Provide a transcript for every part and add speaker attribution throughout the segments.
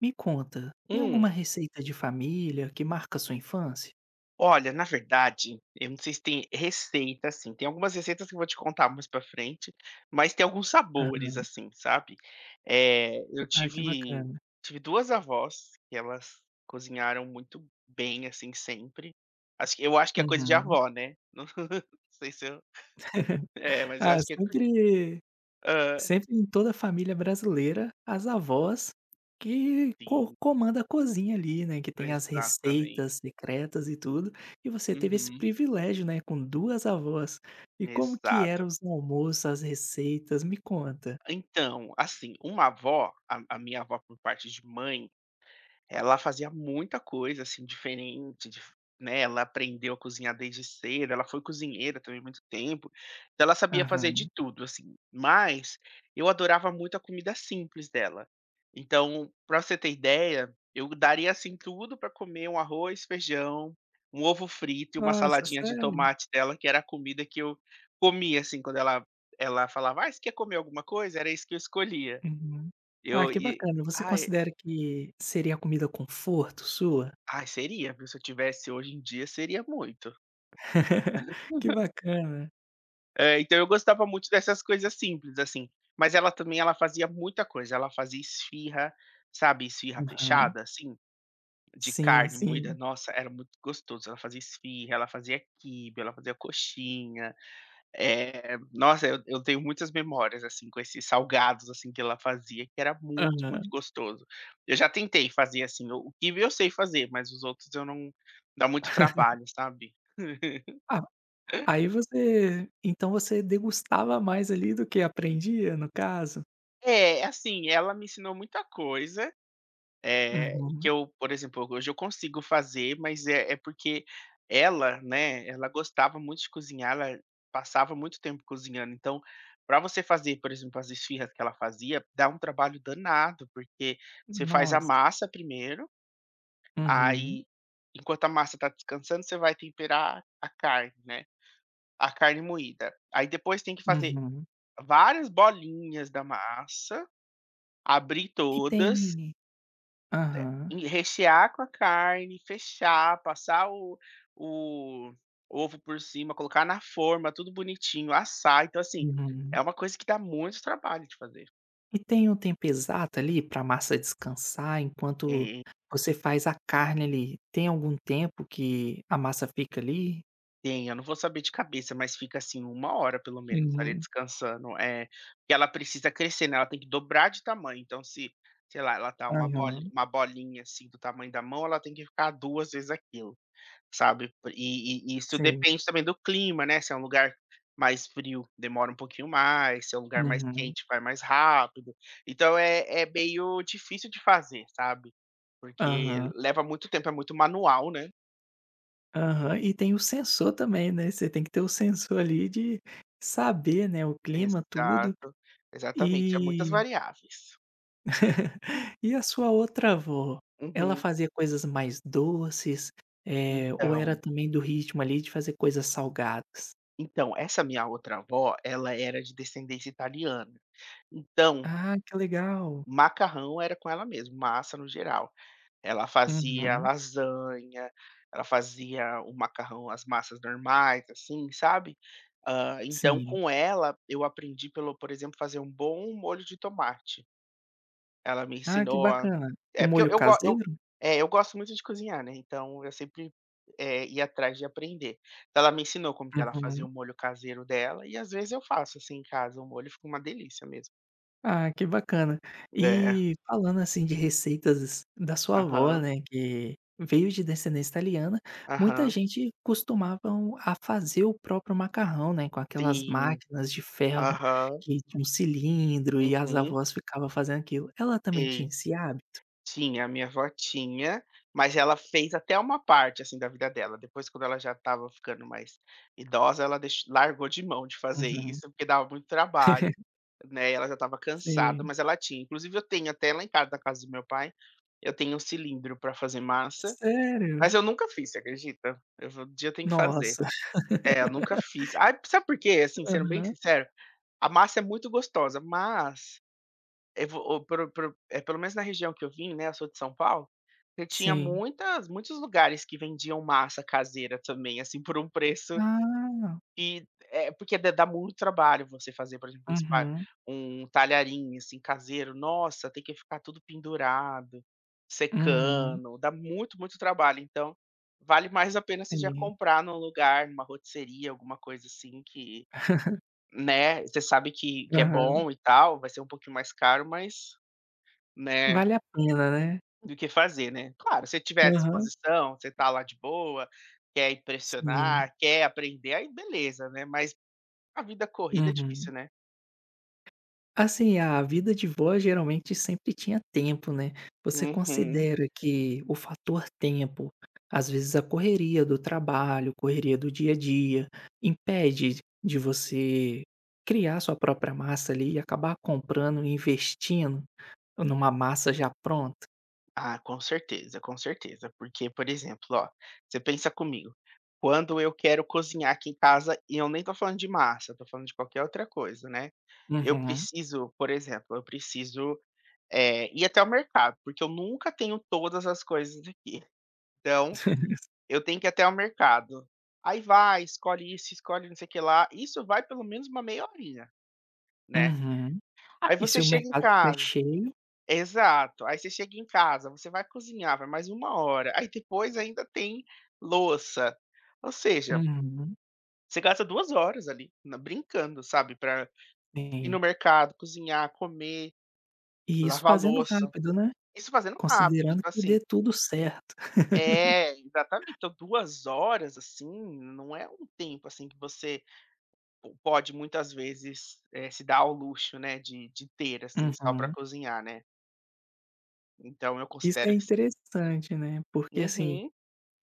Speaker 1: Me conta, tem
Speaker 2: Hum.
Speaker 1: alguma receita de família que marca sua infância?
Speaker 2: Olha, na verdade, eu não sei se tem receita, assim, tem algumas receitas que eu vou te contar mais pra frente, mas tem alguns sabores,
Speaker 1: Aham.
Speaker 2: assim, sabe. Eu
Speaker 1: Ah, que
Speaker 2: tive
Speaker 1: bacana.
Speaker 2: tive 2 avós que elas cozinharam muito bem, assim, sempre. Acho que é coisa de
Speaker 1: Uhum.
Speaker 2: avó, né. Não sei se eu é, mas eu
Speaker 1: Ah,
Speaker 2: acho que é
Speaker 1: sempre
Speaker 2: hã,
Speaker 1: sempre em toda a família brasileira, as avós que co
Speaker 2: sim,
Speaker 1: comanda a cozinha ali, né, que tem as
Speaker 2: exatamente.
Speaker 1: receitas secretas e tudo, e você teve esse
Speaker 2: Uhum,
Speaker 1: privilégio, né, com 2 avós. E como que eram
Speaker 2: exato.
Speaker 1: os almoços, as receitas? Me conta.
Speaker 2: Então, assim, uma avó, a minha avó por parte de mãe. Ela fazia muita coisa, assim, diferente, dif né, ela aprendeu a cozinhar desde cedo, ela foi cozinheira também muito tempo, então ela sabia fazer de
Speaker 1: Aham.
Speaker 2: tudo, assim. Mas eu adorava muito a comida simples dela. Então, para você ter ideia, eu daria, assim, tudo para comer um arroz, feijão, um ovo frito e uma
Speaker 1: Nossa,
Speaker 2: saladinha de
Speaker 1: sério?
Speaker 2: tomate dela, que era a comida que eu comia, assim, quando ela falava: "Ai, você quer comer alguma coisa?", era isso que eu escolhia.
Speaker 1: Uhum. Ah,
Speaker 2: Eu
Speaker 1: que
Speaker 2: e
Speaker 1: bacana. Você
Speaker 2: ai
Speaker 1: considera que seria a comida conforto sua?
Speaker 2: Ai, seria, viu, se eu tivesse hoje em dia, seria muito.
Speaker 1: Que bacana.
Speaker 2: Então eu gostava muito dessas coisas simples, assim. Mas ela também, ela fazia muita coisa, ela fazia esfirra, sabe, esfirra
Speaker 1: Aham.
Speaker 2: fechada, assim, de
Speaker 1: Sim,
Speaker 2: carne moída,
Speaker 1: sim.
Speaker 2: nossa, era muito gostoso. Ela fazia esfirra, ela fazia quibe, ela fazia coxinha, nossa, eu tenho muitas memórias, assim, com esses salgados, assim, que ela fazia, que era muito, muito
Speaker 1: Aham.
Speaker 2: gostoso. Eu já tentei fazer, assim, o quibe eu sei fazer, mas os outros eu não dá muito trabalho, sabe.
Speaker 1: Ah, aí você então você degustava mais ali do que aprendia, no caso?
Speaker 2: É, assim, ela me ensinou muita coisa, que
Speaker 1: Uhum.
Speaker 2: eu, por exemplo, hoje eu consigo fazer, mas é porque ela, né, ela gostava muito de cozinhar, ela passava muito tempo cozinhando, então, para você fazer, por exemplo, as esfirras que ela fazia, dá um trabalho danado, porque você faz a
Speaker 1: Nossa.
Speaker 2: massa primeiro,
Speaker 1: Uhum,
Speaker 2: aí, enquanto a massa está descansando, você vai temperar a carne, né, a carne moída. Aí depois tem que fazer
Speaker 1: uhum.
Speaker 2: várias bolinhas da massa, abrir
Speaker 1: E
Speaker 2: todas,
Speaker 1: tem aham,
Speaker 2: e rechear com a carne, fechar, passar o ovo por cima, colocar na forma, tudo bonitinho, assar. Então, assim,
Speaker 1: uhum.
Speaker 2: é uma coisa que dá muito trabalho de fazer.
Speaker 1: E tem um tempo exato ali pra massa descansar enquanto
Speaker 2: Tem,
Speaker 1: você faz a carne ali? Tem algum tempo que a massa fica ali?
Speaker 2: tem, eu não vou saber de cabeça, mas fica assim uma hora pelo menos ali
Speaker 1: Uhum.
Speaker 2: descansando, é porque ela precisa crescer, né, ela tem que dobrar de tamanho, então se, sei lá, ela tá
Speaker 1: Aham.
Speaker 2: uma bolinha, assim, do tamanho da mão, ela tem que ficar 2 vezes aquilo. Sabe, e isso
Speaker 1: Sim.
Speaker 2: depende também do clima, né, se é um lugar mais frio, demora um pouquinho mais, se é um lugar mais
Speaker 1: Uhum.
Speaker 2: quente, vai mais rápido. Então é meio difícil de fazer, sabe, porque
Speaker 1: Aham.
Speaker 2: leva muito tempo, é muito manual, né.
Speaker 1: Aham. E tem o sensor também, né, você tem que ter o sensor ali de saber, né, o clima, tudo.
Speaker 2: Exato, exatamente, é muitas
Speaker 1: E
Speaker 2: variáveis. Hum.
Speaker 1: e a sua outra avó, ela
Speaker 2: Uhum.
Speaker 1: fazia coisas mais doces, é ou era
Speaker 2: Então
Speaker 1: também do ritmo ali de fazer coisas salgadas?
Speaker 2: então, essa minha outra avó, ela era de descendência italiana, então
Speaker 1: Ah, que legal.
Speaker 2: macarrão era com ela mesmo, massa no geral. Ela fazia
Speaker 1: Uhum.
Speaker 2: lasanha, ela fazia o macarrão as massas normais, assim, sabe. Então
Speaker 1: Sim.
Speaker 2: com ela eu aprendi pelo por exemplo, fazer um bom molho de tomate. Ela me
Speaker 1: Ah, que
Speaker 2: ensinou a
Speaker 1: bacana. O
Speaker 2: é porque
Speaker 1: molho
Speaker 2: eu go eu
Speaker 1: caseiro?
Speaker 2: É, eu gosto muito de cozinhar, né, então eu sempre, ia atrás de aprender. Então ela me ensinou como que ela fazia
Speaker 1: Uhum.
Speaker 2: o molho caseiro dela e às vezes eu faço, assim, em casa o molho, fica uma delícia mesmo.
Speaker 1: Ah, que bacana.
Speaker 2: É.
Speaker 1: E falando, assim, de receitas da sua avó,
Speaker 2: Aham,
Speaker 1: né, que veio de descendência italiana, muita
Speaker 2: aham.
Speaker 1: gente costumavam a fazer o próprio macarrão, né, com aquelas
Speaker 2: Sim.
Speaker 1: máquinas de ferro
Speaker 2: Aham.
Speaker 1: que tinha um cilindro e as
Speaker 2: Uhum.
Speaker 1: avós ficava fazendo aquilo. Ela também tinha
Speaker 2: Sim.
Speaker 1: esse hábito?
Speaker 2: Tinha, a minha avó tinha, mas ela fez até uma parte, assim, da vida dela. Depois, quando ela já estava ficando mais idosa, ela deix largou de mão de fazer
Speaker 1: Uhum.
Speaker 2: isso, porque dava muito trabalho, né, ela já estava cansada,
Speaker 1: Sim.
Speaker 2: mas ela tinha. Inclusive eu tenho até lá em casa, da casa do meu pai, eu tenho um cilindro para fazer massa,
Speaker 1: Sério?
Speaker 2: mas eu nunca fiz, você acredita? Eu vou Um dia eu tenho que fazer.
Speaker 1: Nossa.
Speaker 2: É, eu nunca fiz. Ah, sabe por quê? Assim, sendo bem
Speaker 1: Aham.
Speaker 2: sincero, a massa é muito gostosa, mas é vo o pro pro eh, pelo menos na região que eu vim, né, eu sou de São Paulo, você tinha
Speaker 1: Sim.
Speaker 2: muitas muitos lugares que vendiam massa caseira também, assim, por um preço
Speaker 1: Ah.
Speaker 2: e é porque dá muito trabalho você fazer, por exemplo, um spa
Speaker 1: Uhum,
Speaker 2: um talharinho, assim, caseiro. Nossa, tem que ficar tudo pendurado,
Speaker 1: uhum.
Speaker 2: secando, dá muito, muito trabalho. Então, vale mais a pena você já
Speaker 1: Sim.
Speaker 2: comprar num lugar, numa rotisserie, alguma coisa assim que, né, você sabe que é
Speaker 1: Aham.
Speaker 2: bom e tal, vai ser um pouquinho mais caro, mas, né,
Speaker 1: Vale a pena, né?
Speaker 2: do que fazer, né. Claro, se tiver à
Speaker 1: Aham.
Speaker 2: disposição, você tá lá de boa, quer
Speaker 1: Sim,
Speaker 2: impressionar, quer aprender, aí beleza, né, mas a vida corrida é
Speaker 1: uhum.
Speaker 2: difícil, né.
Speaker 1: Assim, a vida de vó geralmente sempre tinha tempo, né. Você
Speaker 2: Uhum.
Speaker 1: considera que o fator tempo, às vezes a correria do trabalho, correria do dia a dia, impede de você criar sua própria massa ali e acabar comprando e investindo numa massa já pronta?
Speaker 2: Ah, com certeza, porque, por exemplo, ó, você pensa comigo, quando eu quero cozinhar aqui em casa, e eu nem tô falando de massa, eu tô falando de qualquer outra coisa, né, eu
Speaker 1: Uhum,
Speaker 2: preciso, por exemplo, eu preciso, ir até o mercado, porque eu nunca tenho todas as coisas aqui. Então, eu tenho que ir até ao mercado. Aí vai, escolhe isso, escolhe não sei o que lá. Isso vai pelo menos uma meia horinha, né.
Speaker 1: uhum.
Speaker 2: Ah. Aí
Speaker 1: E
Speaker 2: você
Speaker 1: se o
Speaker 2: chega em
Speaker 1: mercado estiver
Speaker 2: casa
Speaker 1: cheio
Speaker 2: Exato. Aí você chega em casa, você vai cozinhar, vai mais uma hora. Aí depois ainda tem louça. Ou seja,
Speaker 1: uhum,
Speaker 2: você gasta 2 horas ali, na brincando, sabe, pra ir
Speaker 1: sim.
Speaker 2: no mercado, cozinhar, comer,
Speaker 1: E isso
Speaker 2: lavar
Speaker 1: fazendo
Speaker 2: louça.
Speaker 1: rápido, né,
Speaker 2: Isso fazendo rápido.
Speaker 1: considerando
Speaker 2: Então
Speaker 1: que dê
Speaker 2: assim
Speaker 1: tudo certo.
Speaker 2: é, exatamente. Então 2 horas, assim, não é um tempo, assim, que você Po pode muitas vezes, se dar ao luxo, né, de ter, assim, só para
Speaker 1: Uhum.
Speaker 2: cozinhar, né. Então eu
Speaker 1: Isso é
Speaker 2: considero que sim.
Speaker 1: interessante, né, porque, assim,
Speaker 2: Uhum,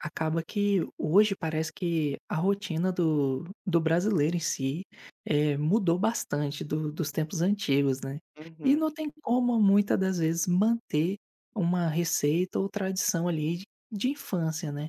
Speaker 1: acaba que hoje parece que a rotina do brasileiro em si, mudou bastante do dos tempos antigos, né. E
Speaker 2: uhum.
Speaker 1: não tem como muitas das vezes manter uma receita ou tradição ali de infância, né.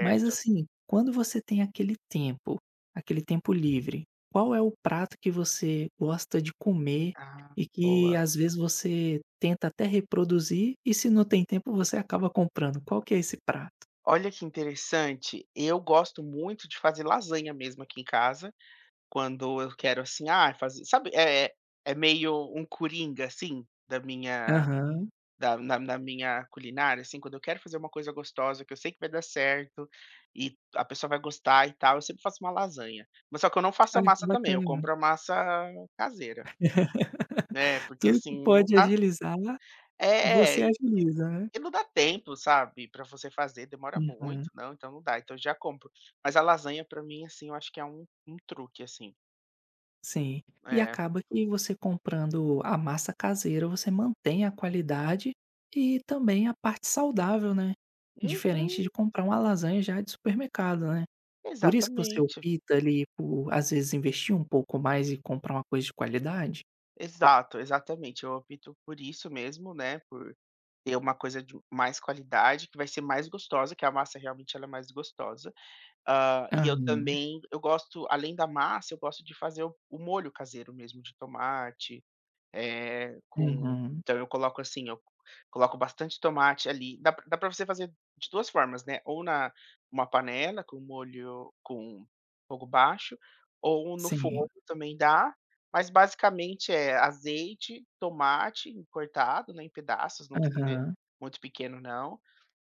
Speaker 1: Mas assim, quando você tem aquele tempo livre, qual é o prato que você gosta de comer
Speaker 2: Ah,
Speaker 1: e que
Speaker 2: boa.
Speaker 1: às vezes você tenta até reproduzir e se não tem tempo você acaba comprando? Qual que é esse prato?
Speaker 2: Olha que interessante, eu gosto muito de fazer lasanha mesmo aqui em casa, quando eu quero, assim, ah, fazer sabe, é meio um coringa, assim,
Speaker 1: Aham.
Speaker 2: Da na na minha culinária, assim, quando eu quero fazer uma coisa gostosa que eu sei que vai dar certo, e a pessoa vai gostar e tal, eu sempre faço uma lasanha. Mas só que eu não faço
Speaker 1: Ah,
Speaker 2: a
Speaker 1: que
Speaker 2: massa também, eu
Speaker 1: bacana.
Speaker 2: compro a massa caseira, né, porque
Speaker 1: Tudo que
Speaker 2: assim, não
Speaker 1: pode
Speaker 2: dá
Speaker 1: agilizar,
Speaker 2: é,
Speaker 1: você
Speaker 2: e
Speaker 1: agiliza, né?
Speaker 2: e não dá tempo, sabe, pra você fazer, demora
Speaker 1: Uhum.
Speaker 2: muito, não, então não dá, então eu já compro. Mas a lasanha pra mim, assim, eu acho que é um truque, assim.
Speaker 1: Sim. E
Speaker 2: É.
Speaker 1: acaba que você comprando a massa caseira, você mantém a qualidade e também a parte saudável, né. Diferente de
Speaker 2: Uhum,
Speaker 1: comprar uma lasanha já de supermercado, né. Por isso que você
Speaker 2: exatamente.
Speaker 1: opta ali por, às vezes, investir um pouco mais e comprar uma coisa de qualidade?
Speaker 2: Exato, exatamente, eu opto por isso mesmo, né, por ter uma coisa de mais qualidade, que vai ser mais gostosa, que a massa realmente ela é mais gostosa. Ah, e
Speaker 1: Uhum,
Speaker 2: eu gosto, além da massa, eu gosto de fazer o molho caseiro mesmo de tomate, eh, com
Speaker 1: uhum.
Speaker 2: então eu coloco assim, eu coloco bastante tomate ali. Dá pra você fazer de 2 formas, né, ou na uma panela com molho com fogo baixo, ou no forno
Speaker 1: Sim.
Speaker 2: também dá, mas basicamente é azeite, tomate cortado, né, em pedaços, não precisa ser
Speaker 1: Aham.
Speaker 2: muito pequeno não,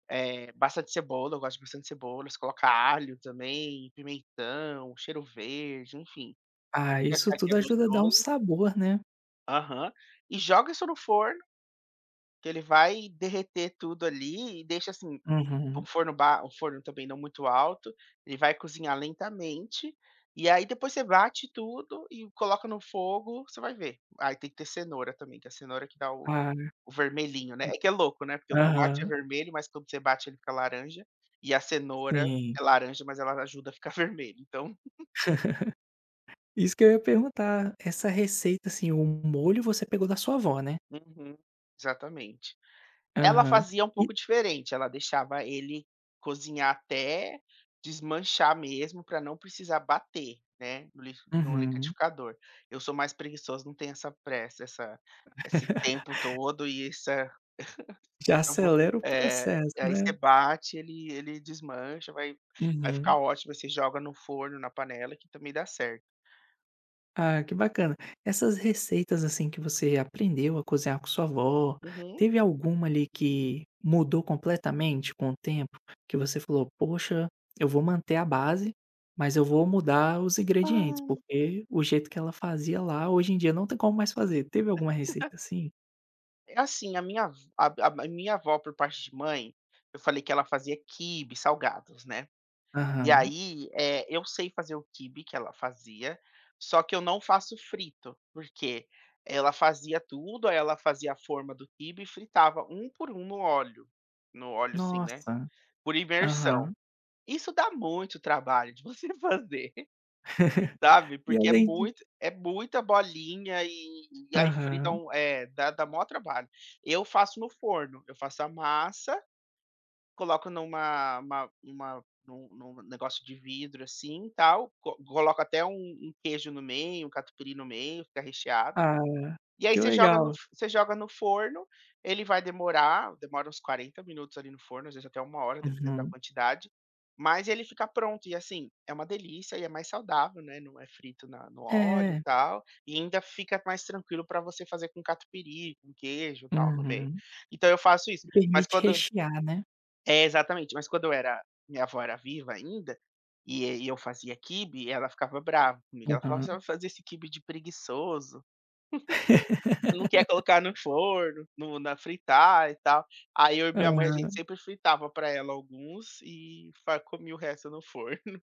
Speaker 2: bastante cebola, eu gosto de bastante cebola, você coloca alho também, pimentão, cheiro verde, enfim,
Speaker 1: Ah,
Speaker 2: se
Speaker 1: isso
Speaker 2: achar que
Speaker 1: tudo
Speaker 2: é
Speaker 1: ajuda a dar um
Speaker 2: gostoso.
Speaker 1: sabor, né.
Speaker 2: Aham. E joga isso no forno que ele vai derreter tudo ali e deixa, assim,
Speaker 1: Uhum.
Speaker 2: um forno ba um forno também não muito alto, ele vai cozinhar lentamente, e aí depois você bate tudo e coloca no fogo, você vai ver. Aí tem que ter cenoura também, que é a cenoura que dá o
Speaker 1: Ah,
Speaker 2: o vermelhinho, né. É que é louco, né, porque o tomate é
Speaker 1: aham.
Speaker 2: vermelho, mas quando você bate ele fica laranja, e a cenoura
Speaker 1: Sim.
Speaker 2: é laranja, mas ela ajuda a ficar vermelho, então,
Speaker 1: Isso que eu ia perguntar. Essa receita, assim, o molho você pegou da sua avó, né?
Speaker 2: uhum, exatamente. Ela
Speaker 1: Aham.
Speaker 2: fazia um
Speaker 1: E
Speaker 2: pouco diferente, ela deixava ele cozinhar até desmanchar mesmo, para não precisar bater, né, no
Speaker 1: uhum.
Speaker 2: liquidificador. Eu sou mais preguiçoso, não tenho essa pressa, essa esse tempo todo e
Speaker 1: Já
Speaker 2: essa vo
Speaker 1: acelera o
Speaker 2: é,
Speaker 1: processo,
Speaker 2: aí
Speaker 1: né?
Speaker 2: você bate, ele desmancha, vai ficar
Speaker 1: Uhum.
Speaker 2: ótimo, aí você joga no forno, na panela, que também dá certo.
Speaker 1: Ah, que bacana. Essas receitas, assim, que você aprendeu a cozinhar com sua avó,
Speaker 2: Uhum.
Speaker 1: teve alguma ali que mudou completamente com o tempo? Que você falou: "Poxa, eu vou manter a base, mas eu vou mudar os ingredientes,
Speaker 2: Ai,
Speaker 1: porque o jeito que ela fazia lá, hoje em dia não tem como mais fazer". Teve alguma receita assim?
Speaker 2: é assim, a minha avó por parte de mãe, eu falei que ela fazia quibe, salgados, né. E
Speaker 1: Aham.
Speaker 2: aí, eu sei fazer o quibe que ela fazia, só que eu não faço frito, porque ela fazia tudo, aí ela fazia a forma do quibe e fritava um por um no óleo, assim, né,
Speaker 1: Nossa.
Speaker 2: por
Speaker 1: Aham.
Speaker 2: imersão. Isso dá muito trabalho de você fazer, sabe,
Speaker 1: E
Speaker 2: porque é
Speaker 1: além de
Speaker 2: muito é muita bolinha e aí
Speaker 1: aham.
Speaker 2: fritam, dá maior trabalho. Eu faço no forno, eu faço a massa. Coloco numa uma num num negócio de vidro, assim, tal, co coloco até um queijo no meio, um catupiry no meio, fica recheado.
Speaker 1: Ah,
Speaker 2: E aí
Speaker 1: que legal.
Speaker 2: você joga no forno, ele vai demora uns 40 minutos ali no forno, às vezes até uma hora, dependendo da
Speaker 1: Uhum.
Speaker 2: quantidade, mas ele fica pronto. E, assim, é uma delícia e é mais saudável, né, não é frito na no óleo, e
Speaker 1: É.
Speaker 2: tal, e ainda fica mais tranquilo para você fazer com catupiry, com queijo, e tal, no meio.
Speaker 1: Uhum.
Speaker 2: Então eu faço isso, mas
Speaker 1: Permite
Speaker 2: quando
Speaker 1: rechear, né.
Speaker 2: é, exatamente. Mas quando eu era minha avó era viva ainda, e eu fazia quibe, ela ficava brava comigo. Ela falava: "Você
Speaker 1: Aham.
Speaker 2: vai fazer esse quibe de preguiçoso, não quer colocar no forno, no na fritar e tal". Aí eu e minha mãe, a gente
Speaker 1: Aham.
Speaker 2: sempre fritava pra ela alguns e fa comia o resto no forno.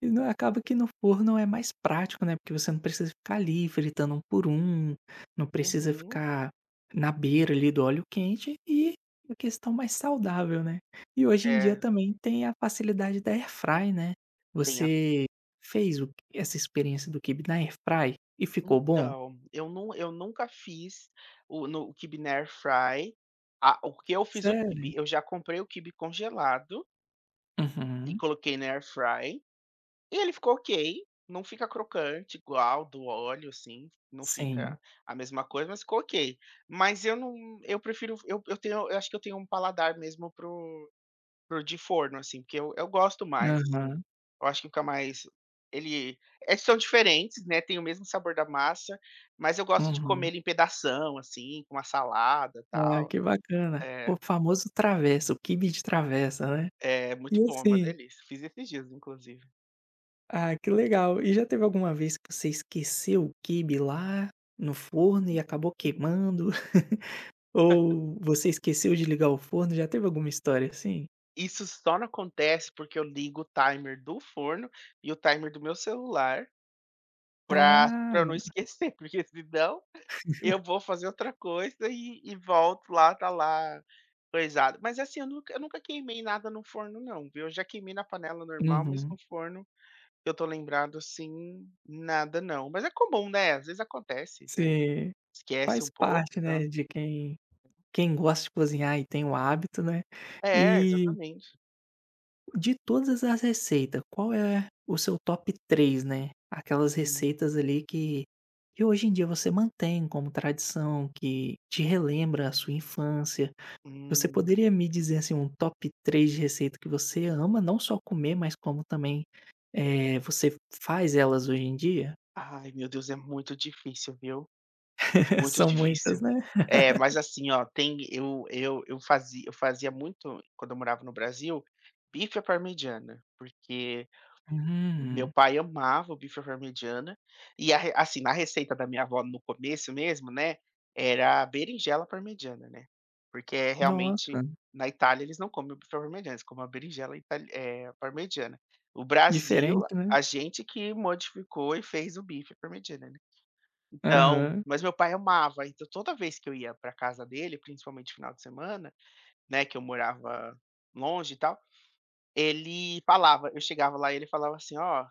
Speaker 1: E não acaba que no forno é mais prático, né, porque você não precisa ficar ali fritando um por um, não precisa
Speaker 2: Uhum.
Speaker 1: ficar na beira ali do óleo quente e a questão mais saudável, né. E hoje em dia
Speaker 2: É,
Speaker 1: também tem a facilidade da airfry, né.
Speaker 2: tem a
Speaker 1: Você fez o essa experiência do quibe na airfry e ficou bom?
Speaker 2: então, eu nunca fiz o no o quibe na air fry. Ah, o que eu fiz, o
Speaker 1: Sério?
Speaker 2: quibe, eu já comprei o quibe congelado e
Speaker 1: Uhum.
Speaker 2: coloquei na air fry. E ele ficou ok, não fica crocante igual do óleo, assim, não
Speaker 1: Sim.
Speaker 2: fica a mesma coisa, mas ficou ok. Mas eu não eu acho que eu tenho um paladar mesmo pro de forno, assim, porque eu gosto mais, assim.
Speaker 1: Aham.
Speaker 2: Eu acho que fica mais ele é São diferentes, né, tem o mesmo sabor da massa, mas eu gosto de comer
Speaker 1: Uhum.
Speaker 2: ele em pedação, assim, com uma salada, e
Speaker 1: Ah,
Speaker 2: tal.
Speaker 1: que bacana.
Speaker 2: É,
Speaker 1: O famoso travessa, o quibe de travessa, né.
Speaker 2: é muito
Speaker 1: E
Speaker 2: bom, é uma
Speaker 1: assim
Speaker 2: delícia. Fiz esses dias, inclusive.
Speaker 1: Ah, que legal. E já teve alguma vez que você esqueceu o quibe lá no forno e acabou queimando? Ou você esqueceu de ligar o forno? Já teve alguma história assim?
Speaker 2: Isso só não acontece porque eu ligo o timer do forno e o timer do meu celular pra
Speaker 1: Ah,
Speaker 2: pra eu não esquecer, porque senão eu vou fazer outra coisa e volto lá, tá lá coisado. Mas assim, eu nunca queimei nada no forno não, viu. Eu já queimei na panela normal, mas no
Speaker 1: uhum.
Speaker 2: forno, que eu tô lembrado assim, nada não. Mas é comum, né, às vezes acontece, você
Speaker 1: Sim,
Speaker 2: esquece
Speaker 1: faz
Speaker 2: um pouco,
Speaker 1: parte,
Speaker 2: tá.
Speaker 1: né, de quem quem gosta de cozinhar e tem o hábito, né.
Speaker 2: É,
Speaker 1: E
Speaker 2: exatamente.
Speaker 1: de todas as receitas, qual é o seu top 3, né, aquelas
Speaker 2: Hum,
Speaker 1: receitas ali que hoje em dia você mantém como tradição, que te relembra a sua infância? Você
Speaker 2: hum.
Speaker 1: poderia me dizer, assim, um top 3 de receita que você ama, não só comer, mas como também, você faz elas hoje em dia?
Speaker 2: Ai, meu Deus, é muito difícil, viu. Muito
Speaker 1: São muitas,
Speaker 2: difícil.
Speaker 1: né?
Speaker 2: É, mas assim, ó, tem eu fazia muito, quando eu morava no Brasil, bife à parmegiana, porque meu
Speaker 1: Hum,
Speaker 2: pai amava o bife à parmegiana e a re assim, na receita da minha avó no começo mesmo, né, era berinjela parmegiana, né, porque é realmente
Speaker 1: nossa,
Speaker 2: na Itália eles não comem o bife à parmegiana, eles comem a berinjela itali é parmegiana. O Brasil,
Speaker 1: diferente, né?
Speaker 2: a gente que modificou e fez o bife à parmegiana, né. Então,
Speaker 1: Aham,
Speaker 2: mas meu pai amava, então toda vez que eu ia pra casa dele, principalmente final de semana, né, que eu morava longe e tal, ele falava eu chegava lá e ele falava assim: "Ó,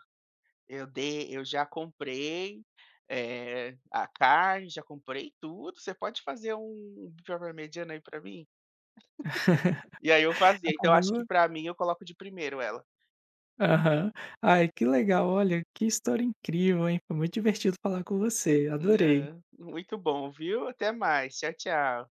Speaker 2: eu já comprei, a carne, já comprei tudo, você pode fazer um bife à parmegiana aí pra mim?" E aí eu fazia, então acho que
Speaker 1: acabava
Speaker 2: pra mim eu coloco de primeiro ela.
Speaker 1: aham. Ai, que legal, olha, que história incrível, hein? Foi muito divertido falar com você, adorei.
Speaker 2: Muito bom, viu? Até mais, tchau, tchau.